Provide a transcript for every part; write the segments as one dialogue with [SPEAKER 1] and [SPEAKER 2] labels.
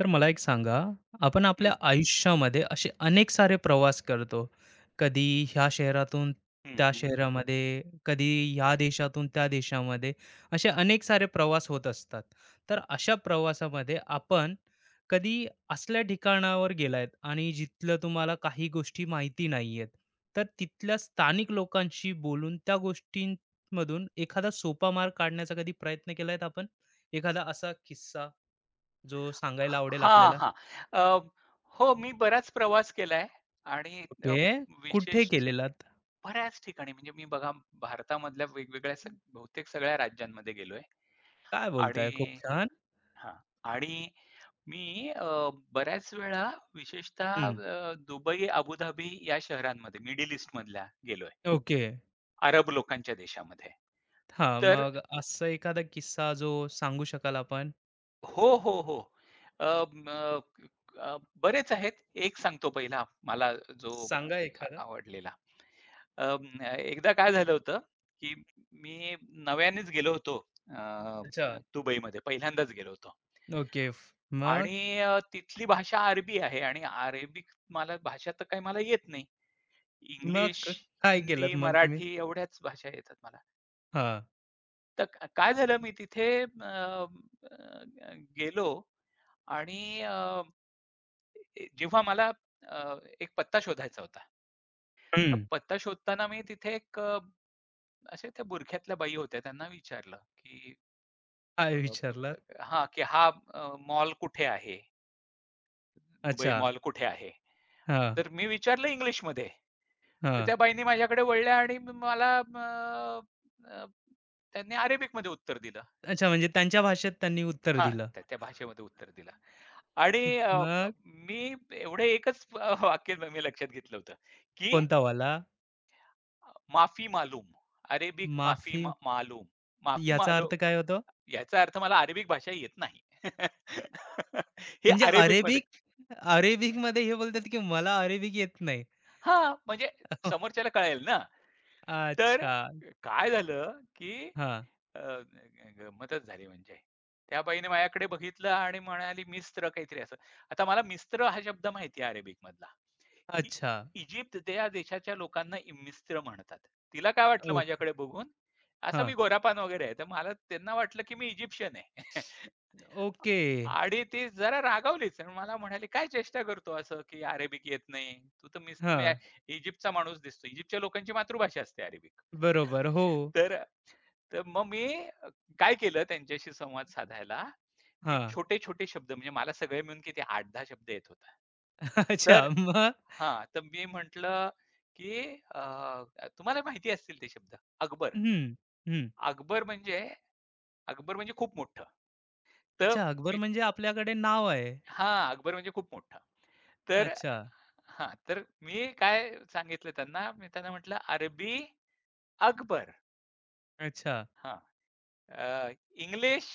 [SPEAKER 1] तर मला एक सांगा, आपण
[SPEAKER 2] हं,
[SPEAKER 1] आपल्या आयुष्यामध्ये असे अनेक सारे प्रवास करतो. कधी ह्या शहरातून
[SPEAKER 2] हं,
[SPEAKER 1] त्या
[SPEAKER 2] हं.
[SPEAKER 1] शहरामध्ये, कधी ह्या देशातून त्या देशामध्ये, असे अनेक सारे प्रवास होत असतात. तर अशा प्रवासामध्ये आपण कधी असल्या ठिकाणावर गेलायत आणि जिथलं तुम्हाला काही गोष्टी माहिती नाहीयेत, तर तिथल्या स्थानिक लोकांशी बोलून त्या गोष्टींमधून एखादा सोपा मार्ग काढण्याचा कधी प्रयत्न केलायत आपण? एखादा असा किस्सा जो सांगायला आवडेल
[SPEAKER 2] हां,
[SPEAKER 1] आपल्याला?
[SPEAKER 2] हां. अ, हो, मी बराच प्रवास केलाय आणि
[SPEAKER 1] ओके. कुठे
[SPEAKER 2] विशेष
[SPEAKER 1] केलेलात?
[SPEAKER 2] बऱ्याच ठिकाणी म्हणजे मी बघा भारतामधल्या वेगवेगळ्या सग बहुतेक सगळ्या राज्यांमध्ये गेलोय.
[SPEAKER 1] काय
[SPEAKER 2] आणि
[SPEAKER 1] बोलताय? खूप छान.
[SPEAKER 2] हां. आणि मी बऱ्याच वेळा विशेषतः
[SPEAKER 1] हं.
[SPEAKER 2] दुबई, अबुधाबी या शहरांमध्ये मिडल ईस्टमधल्या गेलोय.
[SPEAKER 1] ओके.
[SPEAKER 2] अरब लोकांच्या देशामध्ये.
[SPEAKER 1] हां,
[SPEAKER 2] तर
[SPEAKER 1] मग असा एखादा किस्सा जो सांगू शकाल आपण?
[SPEAKER 2] हो, हो, हो. अ, म अ, बरेच आहेत. एक सांगतो पहिला मला जो
[SPEAKER 1] सांगा एखादा.
[SPEAKER 2] आवडलेला. एकदा काय झालं होतं, की मी नव्यानेच अ,
[SPEAKER 1] अच्छा.
[SPEAKER 2] दुबईमध्ये पहिल्यांदाच गेलो होतो.
[SPEAKER 1] ओके.
[SPEAKER 2] आणि
[SPEAKER 1] मग?
[SPEAKER 2] तिथली भाषा अरबी आहे आणि अरेबिक मला भाषा तर काही मला येत नाही.
[SPEAKER 1] मग
[SPEAKER 2] इंग्लिश,
[SPEAKER 1] काय
[SPEAKER 2] हिंदी,
[SPEAKER 1] केलत मग तुम्ही?
[SPEAKER 2] मराठी एवढ्याच भाषा येतात मला.
[SPEAKER 1] हां.
[SPEAKER 2] तर काय झालं मी तिथे अ, अ, गेलो आणि जेव्हा मला एक पत्ता शोधायचा होता. तर
[SPEAKER 1] हं.
[SPEAKER 2] पत्ता शोधताना मी तिथे अशा त्या बुरख्यातल्या बाई होत्या त्यांना विचारलं, की
[SPEAKER 1] काय
[SPEAKER 2] अ
[SPEAKER 1] विचारलात?
[SPEAKER 2] की हा अ, मॉल कुठे आहे? दुबई
[SPEAKER 1] अच्छा.
[SPEAKER 2] मॉल कुठे आहे?
[SPEAKER 1] हां,
[SPEAKER 2] तर मी विचारलं इंग्लिशमध्ये. तर
[SPEAKER 1] हां.
[SPEAKER 2] त्या बाईंनी माझ्याकडे वळल्या आणि म मला अ, अ, त्यांनी अरेबिकमध्ये उत्तर दिलं.
[SPEAKER 1] अच्छा, म्हणजे त्यांच्या भाषेत त्यांनी उत्तर
[SPEAKER 2] हां,
[SPEAKER 1] दिलं.
[SPEAKER 2] त्या त्या भाषेमध्ये उत्तर दिलं. आणि
[SPEAKER 1] म- मग
[SPEAKER 2] मी एवढं एकच वाक्य मी लक्षात घेतलं होतं, की
[SPEAKER 1] कोणता वाला?
[SPEAKER 2] माफी मालूम. अरेबिक माफी
[SPEAKER 1] माफी.
[SPEAKER 2] मालूम. माफी
[SPEAKER 1] याचा
[SPEAKER 2] मालूम,
[SPEAKER 1] अर्थ काय होतो?
[SPEAKER 2] याचा अर्थ मला अरेबिक भाषा येत नाही. हे
[SPEAKER 1] म्हणजे
[SPEAKER 2] अरेबिकमध्ये.
[SPEAKER 1] अरेबिक, अरेबिकमध्ये हे बोलतात, की मला अरेबिक येत नाही.
[SPEAKER 2] हां, म्हणजे समोरच्याला कळेल ना. तर
[SPEAKER 1] अच्छा.
[SPEAKER 2] काय झालं, की
[SPEAKER 1] हां.
[SPEAKER 2] अ, ग गंमतच झाली म्हणजे. त्या बाईने माझ्याकडे बघितलं आणि म्हणाली मिस्र काहीतरी असं. आता मला मिस्र हा शब्द माहिती आहे अरेबिकमधला. इ
[SPEAKER 1] अच्छा.
[SPEAKER 2] इजिप्त त्या देशाच्या लोकांना मिस्र म्हणतात. तिला काय वाटलं
[SPEAKER 1] ओके.
[SPEAKER 2] माझ्याकडे बघून, असा
[SPEAKER 1] हां.
[SPEAKER 2] मी गोरापान वगैरे आहे. तर मला त्यांना वाटलं की मी इजिप्शियन आहे.
[SPEAKER 1] ओके.
[SPEAKER 2] आणि ती जरा रागावलीच आणि मला म्हणाली, "काय चेष्टा करतो असं, की अरेबिक येत नाही. तू तर मुस्लिम आहे.
[SPEAKER 1] हां.
[SPEAKER 2] इजिप्तचा माणूस दिसतो." इजिप्तच्या लोकांची मातृभाषा असते अरेबिक.
[SPEAKER 1] बरोबर. हो.
[SPEAKER 2] तर तर मग मी अ, काय केलं त्यांच्याशी संवाद साधायला, मी
[SPEAKER 1] हां.
[SPEAKER 2] छोटे-छोटे शब्द म्हणजे मला सगळे मिळून किती 8-10 शब्द येत होता. तर
[SPEAKER 1] अच्छा. मग?
[SPEAKER 2] हां, तर मी म्हटलं, की अ, तुम्हाला माहिती असतील ते शब्द. अकबर.
[SPEAKER 1] हं. हं.
[SPEAKER 2] अकबर म्हणजे अकबर म्हणजे खूप मोठं. तर
[SPEAKER 1] अच्छा. अकबर
[SPEAKER 2] मी
[SPEAKER 1] म्हणजे आपल्याकडे नाव आहे.
[SPEAKER 2] हां, अकबर म्हणजे खूप मोठं. तर
[SPEAKER 1] अच्छा.
[SPEAKER 2] हां, तर मी काय सांगितलं त्यांना, मी त्यांना म्हटलं, "अरबी अकबर."
[SPEAKER 1] अच्छा.
[SPEAKER 2] हां, अ, इंग्लिश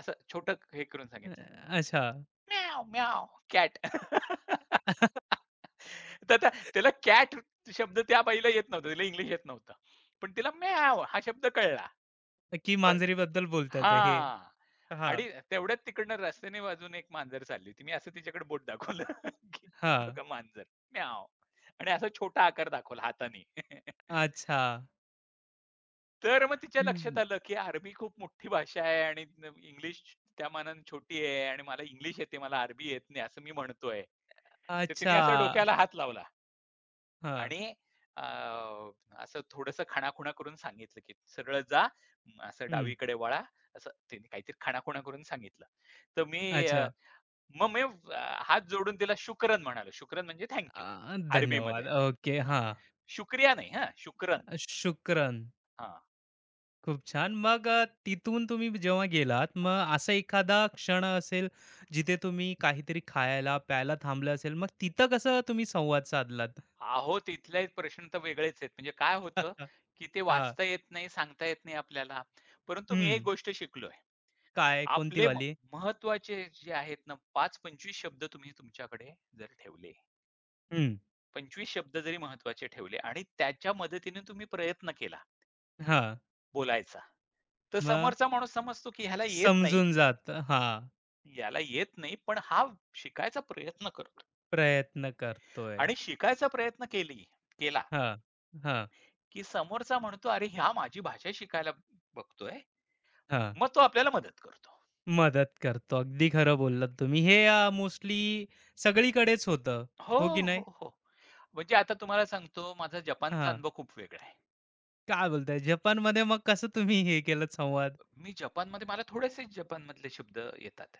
[SPEAKER 2] असं छोटं हे करून
[SPEAKER 1] अ,
[SPEAKER 2] सांगितलं.
[SPEAKER 1] अच्छा.
[SPEAKER 2] म्याव, म्याव, कॅट. तर त्याला कॅट शब्द त्या बाईला येत नव्हता. तिला इंग्लिश येत नव्हतं. पण तिला म्याव हा शब्द कळला.
[SPEAKER 1] की
[SPEAKER 2] बरं
[SPEAKER 1] मांजरीबद्दल बोलतात हे.
[SPEAKER 2] हां.
[SPEAKER 1] हां.
[SPEAKER 2] आणि तेवढ्यात तिकडनं रस्त्याने बाजूने एक मांजर चालली होती. मी असं तिच्याकडे बोट दाखवलं, की
[SPEAKER 1] हां.
[SPEAKER 2] बघा मांजर म्याव आणि असा छोटा आकार दाखवला हाताने.
[SPEAKER 1] अच्छा.
[SPEAKER 2] तर मग तिच्या लक्षात
[SPEAKER 1] हं.
[SPEAKER 2] आलं, की अरबी खूप मोठी भाषा आहे आणि इंग्लिश त्या मानाने छोटी आहे आणि मला इंग्लिश येते, मला अरबी येत नाही असं मी म्हणतोय. तर तिने
[SPEAKER 1] अच्छा.
[SPEAKER 2] असं डोक्याला हात लावला
[SPEAKER 1] हां.
[SPEAKER 2] आणि अ, असं थोडंसं खाणाखुणा करून सांगितलं, की "सरळ जा, असं
[SPEAKER 1] हं.
[SPEAKER 2] डावीकडे वळा." असं तिने काहीतरी खाणाखुणा करून सांगितलं. तर मी अ,
[SPEAKER 1] अच्छा.
[SPEAKER 2] मग मी हात जोडून तिला शुक्रन म्हणालो. शुक्रन म्हणजे थँक अरबीमध्ये.
[SPEAKER 1] धन्यवाद. ओके.
[SPEAKER 2] हां,
[SPEAKER 1] हां.
[SPEAKER 2] शुक्रिया नाही हां, शुक्रन.
[SPEAKER 1] शुक्रान.
[SPEAKER 2] हां.
[SPEAKER 1] खूप छान. मग तिथून तुम्ही जेव्हा गेलात, मग असा एखादा क्षण असेल, जिथे तुम्ही काहीतरी खायला, प्यायला थांबलं असेल, मग तिथं कसं तुम्ही संवाद साधलात?
[SPEAKER 2] अहो, तिथले प्रश्न तर वेगळेच आहेत. म्हणजे काय होतं, की ते
[SPEAKER 1] हां.
[SPEAKER 2] वाचता येत नाही, सांगता येत नाही आपल्याला. परंतु मी एक
[SPEAKER 1] हं.
[SPEAKER 2] गोष्ट शिकलोय.
[SPEAKER 1] काय? कोणती
[SPEAKER 2] आपले
[SPEAKER 1] वाली?
[SPEAKER 2] महत्त्वाचे जे आहेत ना 5-25 शब्द तुम्ही तुमच्याकडे जर ठेवले,
[SPEAKER 1] हं.
[SPEAKER 2] 25 शब्द जरी महत्त्वाचे ठेवले आणि त्याच्या मदतीने तुम्ही प्रयत्न केला
[SPEAKER 1] हां.
[SPEAKER 2] बोलायचा, तर
[SPEAKER 1] मग
[SPEAKER 2] समोरचा माणूस समजतो, की ह्याला येत नाही,
[SPEAKER 1] समजून जातं. हां.
[SPEAKER 2] याला येत नाही, पण हा शिकायचा प्रयत्न करतो
[SPEAKER 1] प्रयत्न करतोय.
[SPEAKER 2] आणि शिकायचा प्रयत्न केला,
[SPEAKER 1] हां. हां.
[SPEAKER 2] की समोरचा म्हणतो, "अरे, हा माझी भाषा शिकायला बघतोय."
[SPEAKER 1] हां.
[SPEAKER 2] मग तो आपल्याला मदत करतो.
[SPEAKER 1] मदत करतो. अगदी खरं बोललात तुम्ही. हे मोस्टली सगळीकडेच होतं,
[SPEAKER 2] हो,
[SPEAKER 1] हो की
[SPEAKER 2] हो,
[SPEAKER 1] नाही?
[SPEAKER 2] हो. म्हणजे आता तुम्हाला सांगतो माझा जपानचा
[SPEAKER 1] हां.
[SPEAKER 2] अनुभव खूप वेगळा आहे.
[SPEAKER 1] काय बोलताय? जपानमध्ये मग कसं तुम्ही हे केलं संवाद?
[SPEAKER 2] मी जपानमध्ये मला थोडेसे जपानमधले शब्द येतात.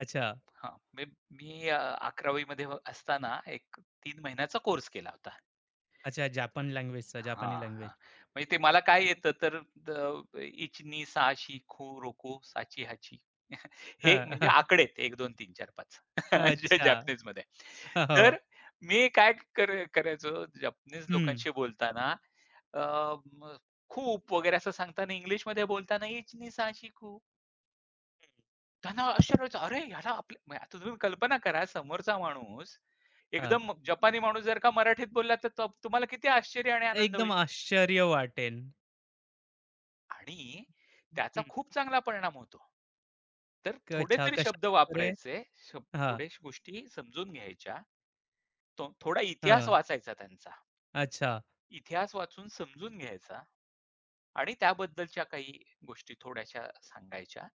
[SPEAKER 1] अच्छा,
[SPEAKER 2] हां, मी मी अ, 11वी मध्ये असताना एक तीन महिन्याचा कोर्स केला होता.
[SPEAKER 1] अच्छा, जापान लँग्वेजचा, जापानी
[SPEAKER 2] हां, हां.
[SPEAKER 1] लँग्वेज.
[SPEAKER 2] म्हणजे ते मला काय येतं तर इचनी, साहशी, खो, रोको, साची, हाची. हे
[SPEAKER 1] हां,
[SPEAKER 2] म्हणजे
[SPEAKER 1] हां.
[SPEAKER 2] आकडे आहेत एक दोन तीन 4, 5 जे
[SPEAKER 1] अच्छा.
[SPEAKER 2] जपनीजमध्ये. तर
[SPEAKER 1] हो.
[SPEAKER 2] मी काय करायचो जपनीज
[SPEAKER 1] हं.
[SPEAKER 2] लोकांशी बोलताना अ, म खूप वगैरे असं सांगताना इंग्लिशमध्ये बोलताना इचनी, साहशी, खो. त्यांना आश्चर्य "अरे ह्याला आपल्या" म्हणजे आता तुम्ही कल्पना करा समोरचा माणूस
[SPEAKER 1] हां.
[SPEAKER 2] एकदम जपानी माणूस जर का मराठीत बोलला तर तुम्हाला किती आश्चर्य आणि आनंद
[SPEAKER 1] एकदम
[SPEAKER 2] होईल.
[SPEAKER 1] आश्चर्य वाटेल.
[SPEAKER 2] आणि त्याचा
[SPEAKER 1] हं.
[SPEAKER 2] खूप चांगला परिणाम होतो. तर थोडे
[SPEAKER 1] अच्छा,
[SPEAKER 2] तरी शब्द
[SPEAKER 1] कशाप्रकारे?
[SPEAKER 2] वापरायचे. शब
[SPEAKER 1] हां,
[SPEAKER 2] थोड्या गोष्टी समजून घ्यायच्या. तो थोडा इतिहास
[SPEAKER 1] हां.
[SPEAKER 2] वाचायचा त्यांचा.
[SPEAKER 1] अच्छा.
[SPEAKER 2] इतिहास वाचून समजून घ्यायचा आणि त्याबद्दलच्या काही गोष्टी थोड्याशा सांगायच्या.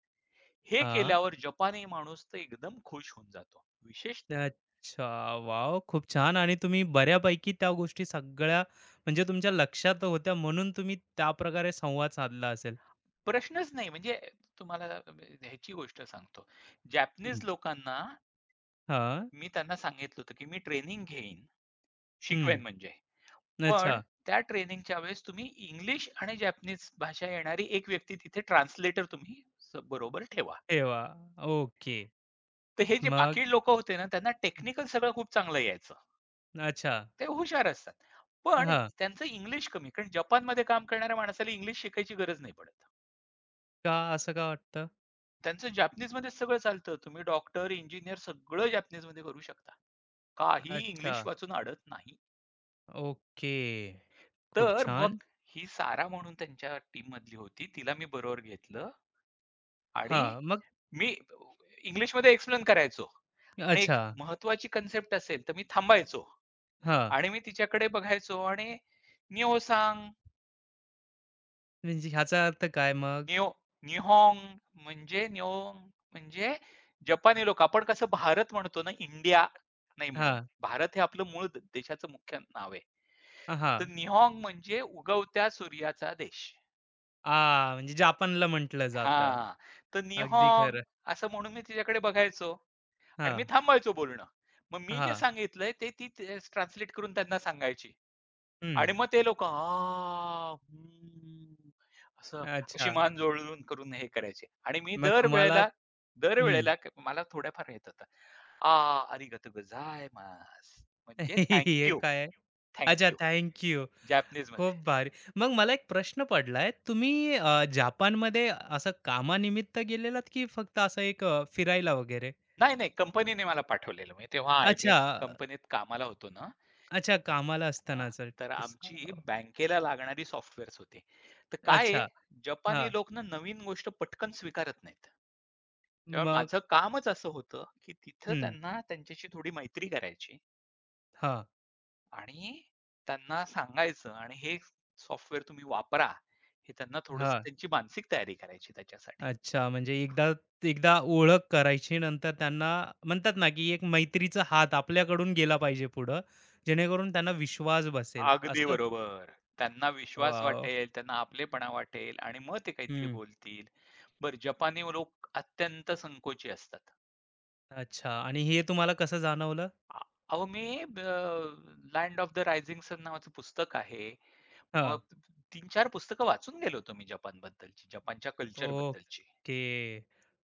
[SPEAKER 2] हे
[SPEAKER 1] हां.
[SPEAKER 2] केल्यावर जपानी माणूस तर एकदम खुश होऊन जातो. विशेषतः
[SPEAKER 1] अच्छा, वॉव! खूप छान आणि तुम्ही बऱ्यापैकी त्या गोष्टी सगळ्या म्हणजे तुमच्या लक्षात होत्या म्हणून तुम्ही त्याप्रकारे संवाद साधला असेल.
[SPEAKER 2] प्रश्नच नाही म्हणजे तुम्हाला ह्याची गोष्ट सांगतो.
[SPEAKER 1] हं.
[SPEAKER 2] जॅपनीज लोकांना
[SPEAKER 1] हां.
[SPEAKER 2] मी त्यांना सांगितलं होतं, की मी ट्रेनिंग घेईन, शिकवेन
[SPEAKER 1] हं.
[SPEAKER 2] म्हणजे. पण
[SPEAKER 1] अच्छा.
[SPEAKER 2] त्या ट्रेनिंगच्या वेळेस तुम्ही इंग्लिश आणि जॅपनीज भाषा येणारी एक व्यक्ती तिथे ट्रान्सलेटर तुम्ही स बरोबर ठेवा.
[SPEAKER 1] अरे! ओके.
[SPEAKER 2] तर हे जे
[SPEAKER 1] मग
[SPEAKER 2] बाकी लोकं होते ना, त्यांना टेक्निकल सगळं खूप चांगलं यायचं.
[SPEAKER 1] अच्छा.
[SPEAKER 2] ते हुशार असतात. पण
[SPEAKER 1] हां.
[SPEAKER 2] त्यांचं इंग्लिश कमी कारण जपानमध्ये काम करणाऱ्या माणसाला इंग्लिश शिकायची गरज नाही पडत.
[SPEAKER 1] का, असं का वाटतं?
[SPEAKER 2] त्यांचं जॅपनीजमध्येच सगळं चालतं. तुम्ही डॉक्टर, इंजिनिअर सगळं जॅपनीजमध्ये करू शकता. काही
[SPEAKER 1] अच्छा.
[SPEAKER 2] इंग्लिश वाचून अडत नाही.
[SPEAKER 1] ओके. खूप
[SPEAKER 2] तर
[SPEAKER 1] छान.
[SPEAKER 2] मग ही सारा म्हणून त्यांच्या टीममधली होती. तिला मी बरोबर घेतलं आणि
[SPEAKER 1] हां, मग
[SPEAKER 2] मी इंग्लिशमध्ये एक्सप्लेन करायचो आणि
[SPEAKER 1] अच्छा.
[SPEAKER 2] एक महत्त्वाची कन्सेप्ट असेल तर मी थांबायचो
[SPEAKER 1] हां,
[SPEAKER 2] आणि मी तिच्याकडे बघायचो आणि निओसांग,
[SPEAKER 1] म्हणजे ह्याचा अर्थ काय मग?
[SPEAKER 2] निओ निहोंग म्हणजे निओंग म्हणजे जपानी लोक आपण कसं भारत म्हणतो ना, इंडिया नाही म्हणत.
[SPEAKER 1] हां,
[SPEAKER 2] भारत हे आपलं मूळ देशाचं मुख्य नाव आहे.
[SPEAKER 1] अ,
[SPEAKER 2] तर निहोंग म्हणजे उगवत्या सूर्याचा देश.
[SPEAKER 1] आ, म्हणजे जापानला म्हटलं जातं.
[SPEAKER 2] हां, तर
[SPEAKER 1] अगदी
[SPEAKER 2] निहोंग
[SPEAKER 1] खरं.
[SPEAKER 2] असं म्हणून मी तिच्याकडे बघायचो आणि मी
[SPEAKER 1] हां,
[SPEAKER 2] थांबायचो बोलणं. मग मी जे
[SPEAKER 1] हां.
[SPEAKER 2] सांगितलंय ते ती तेच ट्रान्सलेट करून त्यांना सांगायची.
[SPEAKER 1] हं.
[SPEAKER 2] आणि मग ते लोकं "हां, हं." असं अशी
[SPEAKER 1] अच्छा.
[SPEAKER 2] मान जोडून करून हे करायचे. आणि मी
[SPEAKER 1] मग तुम्हाला हं.
[SPEAKER 2] दरवेळेला मला थोड्याफार येत होतं. "आ, अरिगातो गोजायमासु." म्हणजे थँक
[SPEAKER 1] हे
[SPEAKER 2] यू,
[SPEAKER 1] काय?
[SPEAKER 2] थँक
[SPEAKER 1] अच्छा,
[SPEAKER 2] यू.
[SPEAKER 1] Thank you. खूप भारी. मग मला एक प्रश्न पडलाय. तुम्ही जापानमध्ये असं कामानिमित्त गेलेलात की फक्त असं एक फिरायला वगैरे?
[SPEAKER 2] नाही, नाही कंपनीने मला पाठवलेलं. म्हणजे तेव्हा IBM
[SPEAKER 1] अच्छा.
[SPEAKER 2] कंपनीत कामाला होतो ना.
[SPEAKER 1] अच्छा, कामाला
[SPEAKER 2] हां,
[SPEAKER 1] असतानाचा
[SPEAKER 2] तर
[SPEAKER 1] किस्सा.
[SPEAKER 2] आमची
[SPEAKER 1] हो.
[SPEAKER 2] बँकेला लागणारी सॉफ्टवेअर्स होती. तर काय आहे,
[SPEAKER 1] अच्छा.
[SPEAKER 2] जपानी
[SPEAKER 1] हां.
[SPEAKER 2] लोक ना नवीन गोष्ट पटकन स्वीकारत नाहीत. तेव्हा
[SPEAKER 1] मग
[SPEAKER 2] माझं कामच असं होतं, की तिथं
[SPEAKER 1] हं.
[SPEAKER 2] त्यांना त्यांच्याशी थोडी मैत्री करायची
[SPEAKER 1] हां,
[SPEAKER 2] आणि त्यांना सांगायचं आणि हे सॉफ्टवेअर तुम्ही वापरा. हे त्यांना थोडंसं
[SPEAKER 1] हां.
[SPEAKER 2] त्यांची मानसिक तयारी करायची त्याच्यासाठी.
[SPEAKER 1] अच्छा, म्हणजे एकदा एकदा ओळख करायची, नंतर त्यांना म्हणतात ना, की एक मैत्रीचा हात आपल्याकडून गेला पाहिजे पुढं, जेणेकरून त्यांना विश्वास बसेल.
[SPEAKER 2] अगदी
[SPEAKER 1] असं?
[SPEAKER 2] बरोबर. त्यांना विश्वास
[SPEAKER 1] वॉव!
[SPEAKER 2] वाटेल, त्यांना आपलेपणा वाटेल आणि मग ते काहीतरी
[SPEAKER 1] हं.
[SPEAKER 2] बोलतील. बरं जपानी लोक अत्यंत संकोची असतात.
[SPEAKER 1] अच्छा, आणि हे तुम्हाला कसं जाणवलं?
[SPEAKER 2] आ, अहो, मी land of the rising sun नावाचं पुस्तक आहे. मग
[SPEAKER 1] हां.
[SPEAKER 2] 3-4 पुस्तकं वाचून गेलो होतो मी जपानबद्दलची, जपानच्या कल्चरबद्दलची.
[SPEAKER 1] ओके.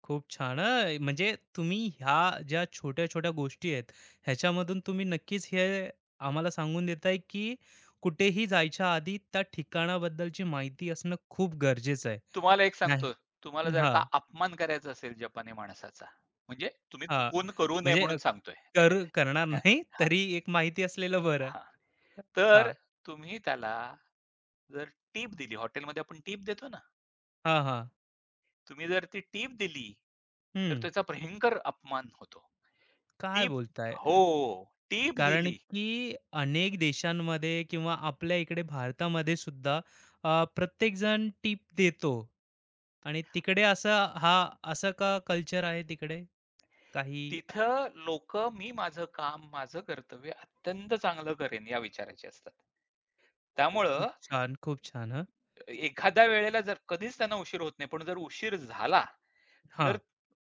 [SPEAKER 1] खूप छान हं. म्हणजे तुम्ही ह्या ज्या छोट्या-छोट्या गोष्टी आहेत, ह्याच्यामधून तुम्ही नक्कीच हे आम्हाला सांगून देताय, की कुठेही जायच्या आधी त्या ठिकाणाबद्दलची माहिती असणं खूप गरजेचं आहे.
[SPEAKER 2] तुम्हाला एक
[SPEAKER 1] नाही.
[SPEAKER 2] सांगतो, तुम्हाला जर
[SPEAKER 1] हां,
[SPEAKER 2] का अपमान करायचा असेल जपानी माणसाचा, म्हणजे तुम्ही
[SPEAKER 1] हां.
[SPEAKER 2] चुकून करू नये
[SPEAKER 1] म्हणजे
[SPEAKER 2] म्हणून सांगतोय.
[SPEAKER 1] करणार
[SPEAKER 2] हां,
[SPEAKER 1] नाही
[SPEAKER 2] हां,
[SPEAKER 1] तरी एक माहिती असलेलं बरं.
[SPEAKER 2] हां. तर
[SPEAKER 1] हां,
[SPEAKER 2] तुम्ही त्याला जर टिप दिली, हॉटेलमध्ये आपण टिप देतो ना,
[SPEAKER 1] हां, हां.
[SPEAKER 2] तुम्ही जर ती टिप दिली, तर
[SPEAKER 1] हं.
[SPEAKER 2] त्याचा भयंकर अपमान होतो.
[SPEAKER 1] काय
[SPEAKER 2] टिप
[SPEAKER 1] बोलताय?
[SPEAKER 2] हो, टिप
[SPEAKER 1] कारण
[SPEAKER 2] दिली.
[SPEAKER 1] की अनेक देशांमध्ये किंवा आपल्या इकडे भारतामध्ये सुद्धा प्रत्येकजण टीप देतो आणि तिकडे असं का कल्चर आहे तिकडे, काही?
[SPEAKER 2] तिथं लोक मी माझं काम, माझं कर्तव्य अत्यंत चांगलं करेन या विचाराचे असतात.
[SPEAKER 1] ओ,
[SPEAKER 2] त्यामुळं
[SPEAKER 1] खूप छान, खूप छान हं.
[SPEAKER 2] एखाद्या वेळेला जर कधीच त्यांना उशीर होत नाही, पण जर उशीर झाला, तर
[SPEAKER 1] हां,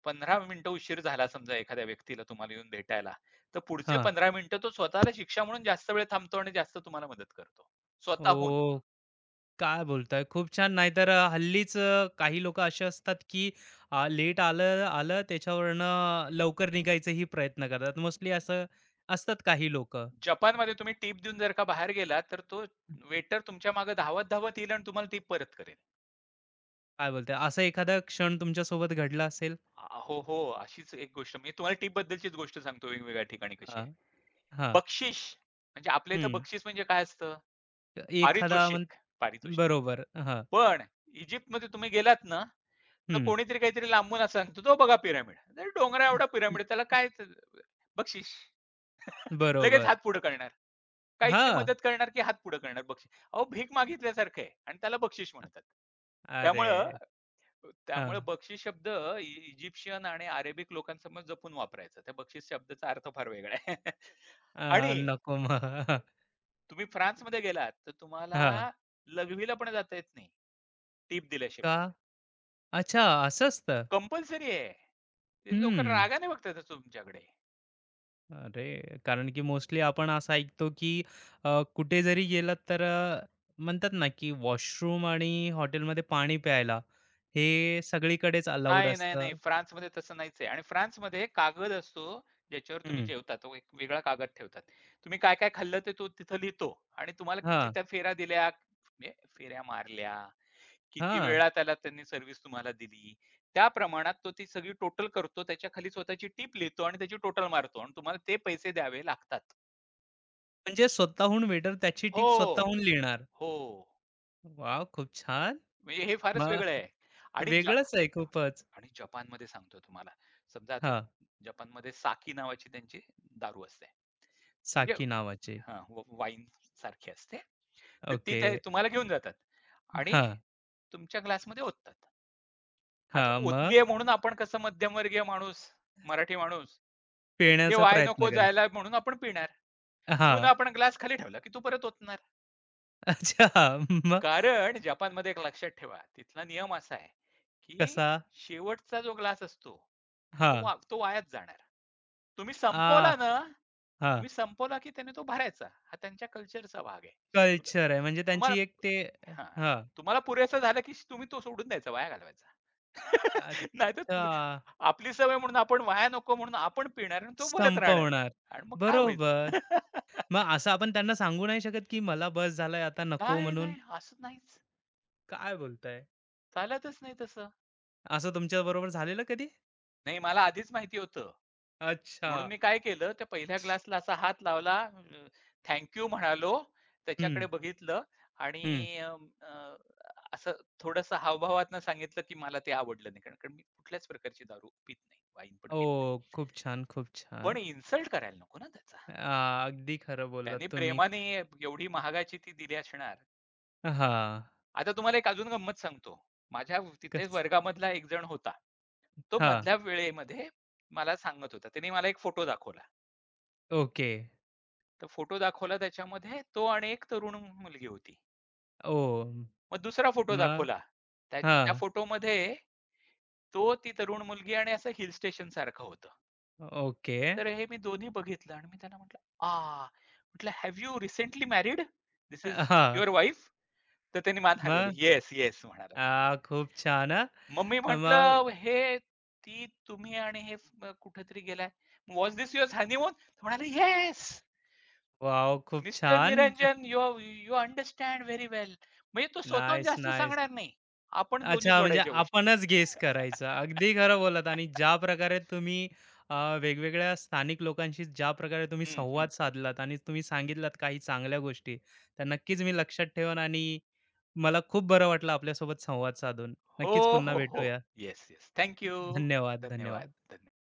[SPEAKER 2] 15 मिनिटं उशीर झाला समजा एखाद्या व्यक्तीला तुम्हाला येऊन भेटायला, तर पुढचे
[SPEAKER 1] हां.
[SPEAKER 2] 15 मिनिटं तो स्वतःला शिक्षा म्हणून जास्त वेळ थांबतो आणि जास्त तुम्हाला मदत करतो. स्वतःहून.
[SPEAKER 1] ओ, काय बोलताय? खूप छान. नाहीतर हल्लीच काही लोक असे असतात, की लेट आलं आलं त्याच्यावरनं लवकर निघायचाही प्रयत्न करतात. मोस्टली असं असतात काही लोकं.
[SPEAKER 2] जपानमध्ये तुम्ही टिप देऊन जर का बाहेर गेलात, तर तो वेटर तुमच्या मागे धावत-धावत येईल आणि तुम्हाला टिप परत करेल.
[SPEAKER 1] काय बोलताय? असा एखादा क्षण तुमच्यासोबत घडला असेल?
[SPEAKER 2] हो, हो. अशीच एक गोष्ट मी तुम्हाला टिपबद्दलचीच गोष्ट सांगतो वेगवेगळ्या ठिकाणी कशी आहे.
[SPEAKER 1] हां,
[SPEAKER 2] बक्षीस म्हणजे आपल्या इथं
[SPEAKER 1] हं.
[SPEAKER 2] बक्षीस म्हणजे काय असतं?
[SPEAKER 1] एखादा म्हण
[SPEAKER 2] पारितोषिक, पारितोषिक.
[SPEAKER 1] बरोबर. हां,
[SPEAKER 2] पण इजिप्तमध्ये तुम्ही गेलात ना, तर
[SPEAKER 1] हं.
[SPEAKER 2] कोणीतरी काहीतरी लांबून असं सांगतो, "तो बघा पिरामिड." अरे डोंगरा एवढा पिरामिड त्याला काय बक्षीस. लगेच हात
[SPEAKER 1] बरोबर.
[SPEAKER 2] पुढे करणार. काहीतरी
[SPEAKER 1] हां.
[SPEAKER 2] मदत करणार, की हात पुढे करणार बक्षीस. अहो भीक मागितल्यासारखं आहे आणि त्याला बक्षीस म्हणतात. त्यामुळं
[SPEAKER 1] अरे!
[SPEAKER 2] त्यामुळे
[SPEAKER 1] हां.
[SPEAKER 2] बक्षीस शब्द इ इजिप्शियन आणि अरेबिक लोकांसमोर जपून वापरायचा. त्या बक्षीस शब्दाचा अर्थ फार वेगळा आहे.
[SPEAKER 1] अ,
[SPEAKER 2] आणि
[SPEAKER 1] नको मग.
[SPEAKER 2] तुम्ही फ्रान्समध्ये गेलात, तर तुम्हाला
[SPEAKER 1] हां.
[SPEAKER 2] लघवीला पण जाता येत नाही, टिप
[SPEAKER 1] का?
[SPEAKER 2] दिल्याशिवाय.
[SPEAKER 1] अच्छा, असं असतं.
[SPEAKER 2] कंपल्सरी आहे. ते लोकं
[SPEAKER 1] हं.
[SPEAKER 2] रागाने बघतात तुमच्याकडे.
[SPEAKER 1] अरे! कारण की मोस्टली आपण असं ऐकतो की कुठे जरी गेलात तर म्हणतात ना की वॉशरूम आणि हॉटेलमध्ये पाणी प्यायला हे सगळीकडेच अलाउड
[SPEAKER 2] नाही, नाही,
[SPEAKER 1] असतं.
[SPEAKER 2] नाही. फ्रान्समध्ये तसं नाहीच आहे आणि फ्रान्समध्ये कागद असतो, ज्याच्यावर तुम्ही
[SPEAKER 1] हं.
[SPEAKER 2] जेवता. तो एक वेगळा कागद ठेवतात. तुम्ही काय-काय खाल्लं ते तो तिथं लिहितो आणि तुम्हाला किती
[SPEAKER 1] हां,
[SPEAKER 2] त्या फेऱ्या दिल्या, म्हणजे फेऱ्या मारल्या किती
[SPEAKER 1] हां.
[SPEAKER 2] वेळा त्याला त्यांनी सर्व्हिस तुम्हाला दिली. त्या प्रमाणात तो ती सगळी टोटल करतो. त्याच्याखाली स्वतःची टीप लिहितो आणि त्याची टोटल मारतो आणि तुम्हाला ते पैसे द्यावे लागतात.
[SPEAKER 1] म्हणजे स्वतःहून वेटर त्याची टिप
[SPEAKER 2] हो.
[SPEAKER 1] स्वतःहून लिहिणार.
[SPEAKER 2] हो.
[SPEAKER 1] वाव, खूप छान.
[SPEAKER 2] म्हणजे हे फारच वेगळं
[SPEAKER 1] मग
[SPEAKER 2] आहे. आणि जा
[SPEAKER 1] वेगळंच आहे खूपच.
[SPEAKER 2] आणि जपानमध्ये सांगतो तुम्हाला. समजा आता
[SPEAKER 1] हां,
[SPEAKER 2] जपानमध्ये साकी नावाची त्यांची दारू असते. म्हणजे
[SPEAKER 1] साकी नावाचे.
[SPEAKER 2] हां, वाईन सारखी असते. तर ती
[SPEAKER 1] ओके.
[SPEAKER 2] ते तुम्हाला घेऊन जातात आणि
[SPEAKER 1] हां,
[SPEAKER 2] तुमच्या ग्लासमध्ये ओततात. आता
[SPEAKER 1] हां. मग
[SPEAKER 2] ओतली आहे म्हणून आपण कसं मध्यमवर्गीय माणूस, मराठी माणूस ते
[SPEAKER 1] पिळण्याचा
[SPEAKER 2] वाया
[SPEAKER 1] प्रयत्न
[SPEAKER 2] नको
[SPEAKER 1] करा.
[SPEAKER 2] जायला म्हणून आपण पिणार. पिऊन
[SPEAKER 1] हां.
[SPEAKER 2] आपण ग्लास खाली ठेवला, की तो परत ओतणार.
[SPEAKER 1] अच्छा. हा, मग
[SPEAKER 2] कारण जपानमध्ये एक लक्षात ठेवा, तिथला नियम असा आहे, की
[SPEAKER 1] कसा?
[SPEAKER 2] शेवटचा जो ग्लास असतो,
[SPEAKER 1] हां.
[SPEAKER 2] तो वायाच जाणार. तुम्ही
[SPEAKER 1] आ,
[SPEAKER 2] संपवला ना,
[SPEAKER 1] हां.
[SPEAKER 2] तुम्ही संपवला, की त्याने तो भरायचा. हा त्यांच्या कल्चरचा भाग आहे. तुला-
[SPEAKER 1] कल्चर आहे म्हणजे
[SPEAKER 2] तुम्हाला
[SPEAKER 1] त्यांची एक ते
[SPEAKER 2] हां,
[SPEAKER 1] हां.
[SPEAKER 2] तुम्हाला पुरेसं झालं, की तुम्ही तो सोडून द्यायचा, वाया घालवायचा. नाहीतर
[SPEAKER 1] अच्छा.
[SPEAKER 2] तुम्ही आपली सवय म्हणून आपण वाया नको म्हणून आपण पिणार आणि तो भरत राहणार
[SPEAKER 1] संपवणार.
[SPEAKER 2] आणि मग काय व्हायचं?
[SPEAKER 1] बरोबर. मग असं आपण त्यांना सांगू नाही शकत, की मला बस झालंय आता नको
[SPEAKER 2] नाही,
[SPEAKER 1] म्हणून?
[SPEAKER 2] नाही. असं नाहीच.
[SPEAKER 1] काय बोलताय?
[SPEAKER 2] चालतच नाही तसं.
[SPEAKER 1] असं तुमच्याबरोबर झालेलं कधी?
[SPEAKER 2] नाही मला आधीच माहिती होतं.
[SPEAKER 1] अच्छा.
[SPEAKER 2] म्हणून मी काय केलं त्या पहिल्या ग्लासला असा हात लावला, थँक यू म्हणालो.
[SPEAKER 1] हं,
[SPEAKER 2] त्याच्याकडे बघितलं आणि अ, अ, असं थोडंसं हावभावातनं सांगितलं, की मला ते आवडलं नाही. कारण कारण मी कुठल्याच प्रकारची दारू पीत नाही. वाईन पण
[SPEAKER 1] हो.
[SPEAKER 2] पीत नाही.
[SPEAKER 1] खूप छान, खूप
[SPEAKER 2] पण
[SPEAKER 1] छान.
[SPEAKER 2] इन्सल्ट करायला नको ना त्याचा.
[SPEAKER 1] अ, अगदी खरं
[SPEAKER 2] त्याने
[SPEAKER 1] बोललात तुम्ही.
[SPEAKER 2] प्रेमाने एवढी महागाची ती दिली असणार.
[SPEAKER 1] हां.
[SPEAKER 2] आता तुम्हाला एक अजून गंमत सांगतो. माझ्या
[SPEAKER 1] कस
[SPEAKER 2] तिथेच वर्गामधला एक जण होता. तो
[SPEAKER 1] हां.
[SPEAKER 2] मधल्या वेळेमध्ये मला सांगत होता. त्याने मला एक फोटो दाखवला.
[SPEAKER 1] ओके.
[SPEAKER 2] तर फोटो दाखवला त्याच्यामध्ये तो आणि एक तरुण मुलगी होती.
[SPEAKER 1] ओह!
[SPEAKER 2] मग दुसरा फोटो
[SPEAKER 1] मग?
[SPEAKER 2] दाखवला. त्या त्या
[SPEAKER 1] हां.
[SPEAKER 2] फोटोमध्ये तो, ती तरुण मुलगी आणि असं हिल स्टेशन सारखं होतं.
[SPEAKER 1] ओके.
[SPEAKER 2] तर हे मी दोन्ही बघितलं आणि मी त्यांना म्हटलं, "आह!" म्हटलं, "have you recently married? This is
[SPEAKER 1] हां.
[SPEAKER 2] Your wife?" तर त्यांनी मान हलवली.
[SPEAKER 1] मग?
[SPEAKER 2] "येस, येस" म्हणाला.
[SPEAKER 1] आ, खूप छान हां.
[SPEAKER 2] मग मी म्हटलं,
[SPEAKER 1] मग
[SPEAKER 2] "हे ती तुम्ही आणि हे कुठेतरी गेलाय. Was this your honeymoon?" म्हणाले, "येस."
[SPEAKER 1] वॉव! खूप
[SPEAKER 2] मिस्टर
[SPEAKER 1] छान.
[SPEAKER 2] Niranjan you you understand very well. म्हणजे तो स्वतःहून
[SPEAKER 1] नाईस,
[SPEAKER 2] जास्त
[SPEAKER 1] नाईस.
[SPEAKER 2] सांगणार नाही. आपण दोन्ही
[SPEAKER 1] अच्छा, म्हणजे
[SPEAKER 2] जोडायच्या गोष्टी.
[SPEAKER 1] आपणच गेस करायचा. अगदी खरं बोललात आणि ज्या प्रकारे तुम्ही अ, वेगवेगळ्या स्थानिक लोकांशी ज्या प्रकारे तुम्ही
[SPEAKER 2] हं,
[SPEAKER 1] संवाद
[SPEAKER 2] हं.
[SPEAKER 1] साधलात आणि तुम्ही सांगितलात काही चांगल्या गोष्टी, त्या नक्कीच मी लक्षात ठेवेन आणि मला खूप बरं वाटलं आपल्यासोबत संवाद साधून.
[SPEAKER 2] हो,
[SPEAKER 1] नक्कीच पुन्हा
[SPEAKER 2] हो, हो.
[SPEAKER 1] भेटूया.
[SPEAKER 2] Yes, yes. Thank you.
[SPEAKER 1] धन्यवाद,
[SPEAKER 2] धन्यवाद.
[SPEAKER 1] धन्यवाद.
[SPEAKER 2] धन्यवाद.